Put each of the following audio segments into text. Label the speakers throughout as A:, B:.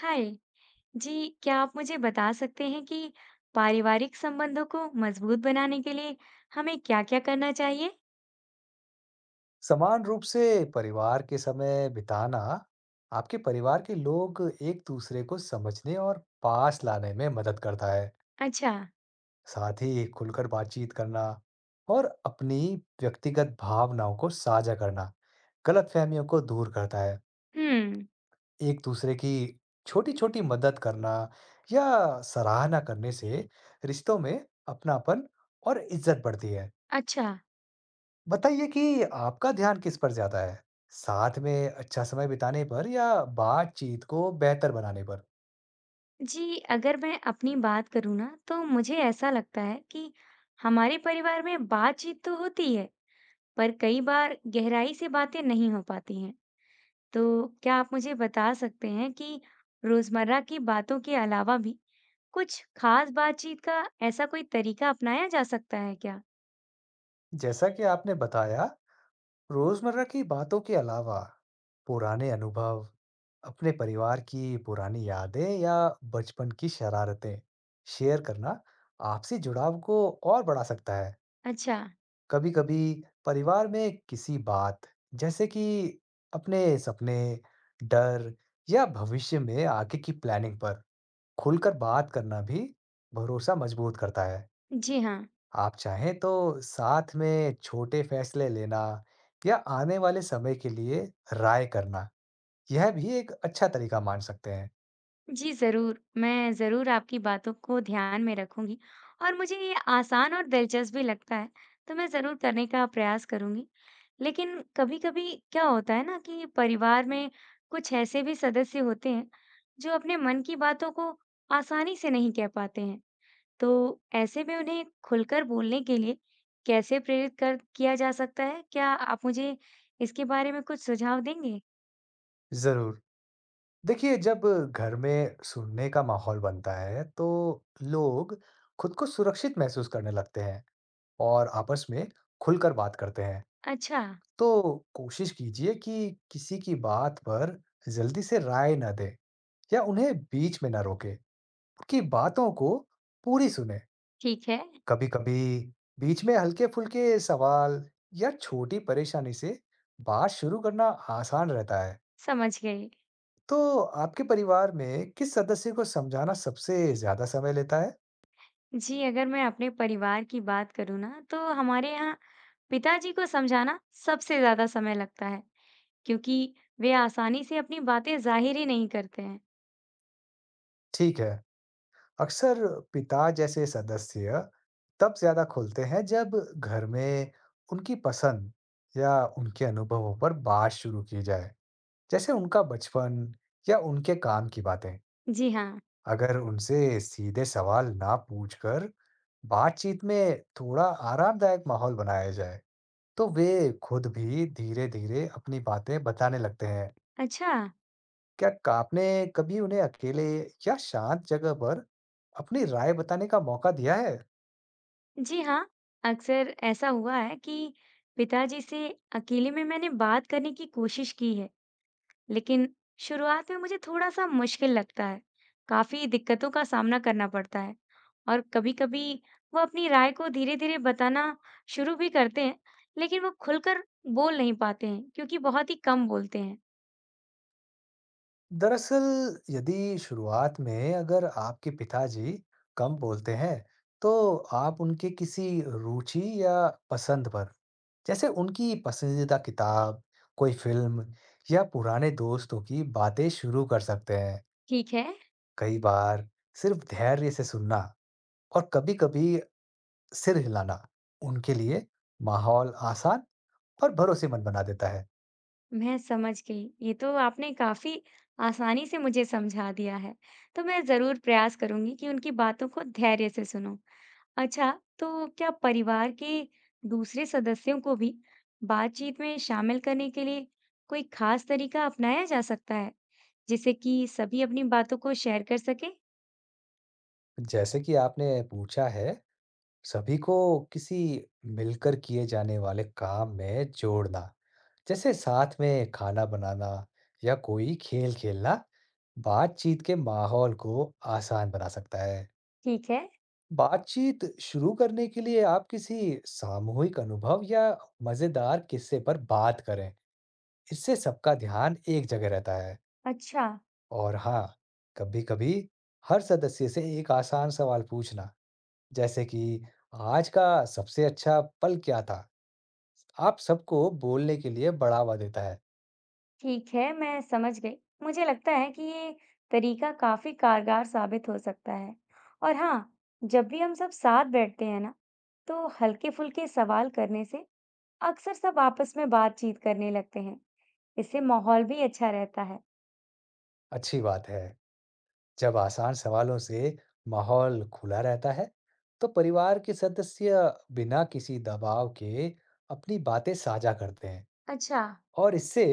A: हाय जी, क्या आप मुझे बता सकते हैं कि पारिवारिक संबंधों को मजबूत बनाने के लिए हमें क्या-क्या करना चाहिए?
B: समान रूप से परिवार के समय बिताना आपके परिवार के लोग एक दूसरे को समझने और पास लाने में मदद करता है।
A: अच्छा।
B: साथ ही खुलकर बातचीत करना और अपनी व्यक्तिगत भावनाओं को साझा करना गलतफहमियों को दूर करता है।
A: हम्म।
B: एक दूसरे की छोटी छोटी मदद करना या सराहना करने से रिश्तों में अपनापन और इज्जत बढ़ती है।
A: अच्छा।
B: बताइए कि आपका ध्यान किस पर ज़्यादा है? साथ में अच्छा समय बिताने पर या बातचीत को बेहतर बनाने पर?
A: जी अगर मैं अपनी बात करूँ ना, तो मुझे ऐसा लगता है कि हमारे परिवार में बातचीत तो होती है, पर कई बार गहराई से बातें नहीं हो पाती हैं। तो क्या आप मुझे बता सकते हैं कि रोजमर्रा की बातों के अलावा भी कुछ खास बातचीत का ऐसा कोई तरीका अपनाया जा सकता है क्या?
B: जैसा कि आपने बताया, रोज़मर्रा की बातों के अलावा पुराने अनुभव, अपने परिवार की पुरानी यादें या बचपन की शरारतें शेयर करना आपसी जुड़ाव को और बढ़ा सकता है।
A: अच्छा।
B: कभी-कभी परिवार में किसी बात, जैसे कि अपने सपने, डर या भविष्य में आगे की प्लानिंग पर खुलकर बात करना भी भरोसा मजबूत करता है।
A: जी हाँ।
B: आप चाहें तो साथ में छोटे फैसले लेना या आने वाले समय के लिए राय करना, यह भी एक अच्छा तरीका मान सकते हैं।
A: जी, ज़रूर, मैं ज़रूर आपकी बातों को ध्यान में रखूँगी और मुझे ये आसान और दिलचस्प भी लगता है, तो मैं ज़रूर करने का प्रयास करूँगी। लेकिन कभी-कभी क्या होता है ना कि परिवार में कुछ ऐसे भी सदस्य होते हैं, जो अपने मन की बातों को आसानी से नहीं कह पाते हैं, तो ऐसे में उन्हें खुलकर बोलने के लिए कैसे प्रेरित कर किया जा सकता है? क्या आप मुझे इसके बारे में कुछ सुझाव देंगे?
B: ज़रूर। देखिए, जब घर में सुनने का माहौल बनता है, तो लोग खुद को सुरक्षित महसूस करने लगते हैं और आपस में खुलकर बात करते हैं।
A: अच्छा।
B: तो कोशिश कीजिए कि किसी की बात पर जल्दी से राय न दें या उन्हें बीच में न रोकें। की बातों को पूरी सुने।
A: ठीक है।
B: कभी कभी बीच में हल्के फुल्के सवाल या छोटी परेशानी से बात शुरू करना आसान रहता है।
A: समझ गई।
B: तो आपके परिवार में किस सदस्य को समझाना सबसे ज्यादा समय लेता है?
A: जी, अगर मैं अपने परिवार की बात करूँ ना, तो हमारे यहाँ पिताजी को समझाना सबसे ज़्यादा समय लगता है, क्योंकि वे आसानी से अपनी बातें ज़ाहिर ही नहीं करते हैं।
B: ठीक है। अक्सर पिता जैसे सदस्य तब ज्यादा खुलते हैं जब घर में उनकी पसंद या उनके अनुभवों पर बात शुरू की जाए, जैसे उनका बचपन या उनके काम की बातें।
A: जी हाँ।
B: अगर उनसे सीधे सवाल ना पूछकर बातचीत में थोड़ा आरामदायक माहौल बनाया जाए, तो वे खुद भी धीरे-धीरे अपनी बातें बताने लगते हैं।
A: अच्छा।
B: क्या का आपने कभी उन्हें अकेले या शांत जगह पर अपनी राय बताने का मौका दिया है?
A: जी हाँ, अक्सर ऐसा हुआ है कि पिताजी से अकेले में मैंने बात करने की कोशिश की है, लेकिन शुरुआत में मुझे थोड़ा-सा मुश्किल लगता है। काफ़ी दिक्कतों का सामना करना पड़ता है और कभी-कभी वो अपनी राय को धीरे-धीरे बताना शुरू भी करते हैं, लेकिन वो खुलकर बोल नहीं पाते हैं क्योंकि बहुत ही कम बोलते हैं।
B: दरअसल, यदि शुरुआत में अगर आपके पिताजी कम बोलते हैं, तो आप उनके किसी रुचि या पसंद पर, जैसे उनकी पसंदीदा किताब, कोई फ़िल्म या पुराने दोस्तों की बातें शुरू कर सकते हैं।
A: ठीक है।
B: कई बार सिर्फ धैर्य से सुनना और कभी-कभी सिर हिलाना उनके लिए माहौल आसान और भरोसेमंद बना देता है।
A: मैं समझ गई। ये तो आपने काफ़ी आसानी से मुझे समझा दिया है, तो मैं ज़रूर प्रयास करूँगी कि उनकी बातों को धैर्य से सुनूँ। अच्छा, तो क्या परिवार के दूसरे सदस्यों को भी बातचीत में शामिल करने के लिए कोई खास तरीका अपनाया जा सकता है, जिससे कि सभी अपनी बातों को शेयर कर सकें?
B: जैसे कि आपने पूछा है, सभी को किसी मिलकर किए जाने वाले काम में जोड़ना, जैसे साथ में खाना बनाना या कोई खेल खेलना, बातचीत के माहौल को आसान बना सकता है।
A: ठीक है।
B: बातचीत शुरू करने के लिए आप किसी सामूहिक अनुभव या मजेदार किस्से पर बात करें, इससे सबका ध्यान एक जगह रहता है।
A: अच्छा।
B: और हाँ, कभी-कभी हर सदस्य से एक आसान सवाल पूछना, जैसे कि आज का सबसे अच्छा पल क्या था, आप सबको बोलने के लिए बढ़ावा देता है।
A: ठीक है, मैं समझ गई। मुझे लगता है कि ये तरीका काफी कारगर साबित हो सकता है। और हाँ, जब भी हम सब साथ बैठते हैं ना, तो हल्के फुल्के सवाल करने से अक्सर सब आपस में बातचीत करने लगते हैं। इससे माहौल भी अच्छा रहता है।
B: अच्छी बात है। जब आसान सवालों से माहौल खुला रहता है, तो परिवार के सदस्य बिना किसी दबाव के अपनी बातें साझा करते हैं।
A: अच्छा।
B: और इससे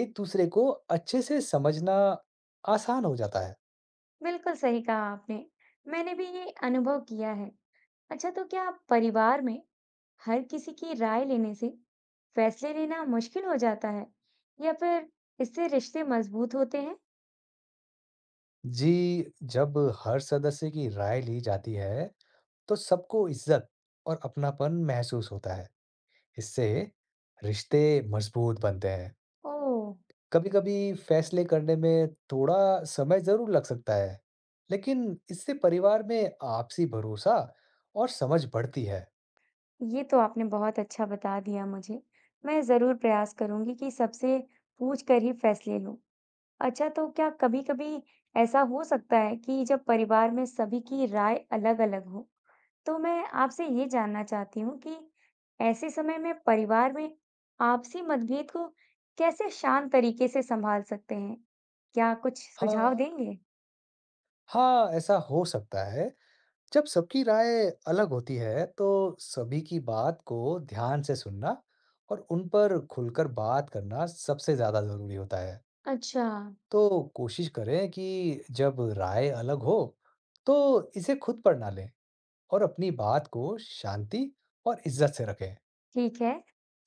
B: एक दूसरे को अच्छे से समझना आसान हो जाता है।
A: बिल्कुल सही कहा आपने, मैंने भी ये अनुभव किया है। अच्छा, तो क्या परिवार में हर किसी की राय लेने से फैसले लेना मुश्किल हो जाता है, या फिर इससे रिश्ते मजबूत होते हैं?
B: जी, जब हर सदस्य की राय ली जाती है, तो सबको इज्जत और अपनापन महसूस होता है। इससे रिश्ते मजबूत बनते हैं।
A: ओह,
B: कभी-कभी फैसले करने में थोड़ा समय जरूर लग सकता है, लेकिन इससे परिवार में आपसी भरोसा और समझ बढ़ती है।
A: ये तो आपने बहुत अच्छा बता दिया मुझे। मैं जरूर प्रयास करूंगी कि सबसे पूछ कर ही फैसले लूं। अच्छा, तो क्या कभी-कभी ऐसा हो सकता है कि जब परिवार में सभी की राय अलग-अलग हो, तो मैं आपसे ये जानना चाहती हूँ कि ऐसे समय में परिवार में आपसी मतभेद को कैसे शांत तरीके से संभाल सकते हैं? क्या कुछ सुझाव
B: हाँ,
A: देंगे?
B: हाँ, ऐसा हो सकता है। जब सबकी राय अलग होती है, तो सभी की बात को ध्यान से सुनना और उन पर खुलकर बात करना सबसे ज़्यादा ज़रूरी होता है।
A: अच्छा।
B: तो कोशिश करें कि जब राय अलग हो, तो इसे खुद पर ना लें और अपनी बात को शांति और इज्जत से रखें।
A: ठीक है,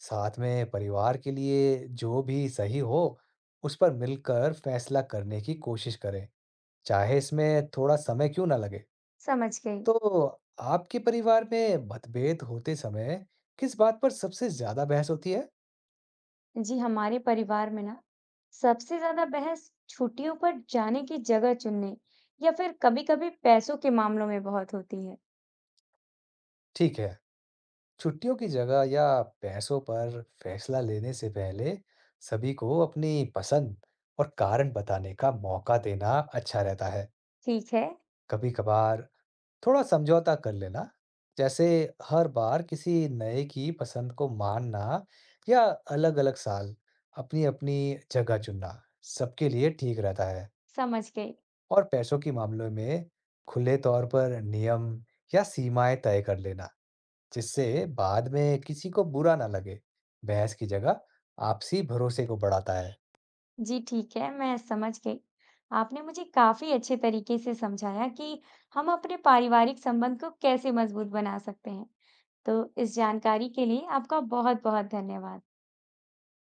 B: साथ में परिवार के लिए जो भी सही हो, उस पर मिलकर फैसला करने की कोशिश करें, चाहे इसमें थोड़ा समय क्यों ना लगे।
A: समझ गई।
B: तो आपके परिवार में मतभेद होते समय किस बात पर सबसे ज़्यादा बहस होती है?
A: जी, हमारे परिवार में ना सबसे ज्यादा बहस छुट्टियों पर जाने की जगह चुनने या फिर कभी-कभी पैसों के मामलों में बहुत होती है।
B: ठीक है, छुट्टियों की जगह या पैसों पर फैसला लेने से पहले सभी को अपनी पसंद और कारण बताने का मौका देना अच्छा रहता है।
A: ठीक है,
B: कभी-कभार थोड़ा समझौता कर लेना, जैसे हर बार किसी नए की पसंद को मानना या अलग-अलग साल अपनी-अपनी जगह चुनना सबके लिए ठीक रहता है।
A: समझ गई।
B: और पैसों के मामलों में खुले तौर पर नियम या सीमाएं तय कर लेना, जिससे बाद में किसी को बुरा ना लगे। बहस की जगह आपसी भरोसे को बढ़ाता है।
A: जी ठीक है, मैं समझ गई। आपने मुझे काफी अच्छे तरीके से समझाया कि हम अपने पारिवारिक संबंध को कैसे मजबूत बना सकते हैं। तो इस जानकारी के लिए आपका बहुत-बहुत धन्यवाद।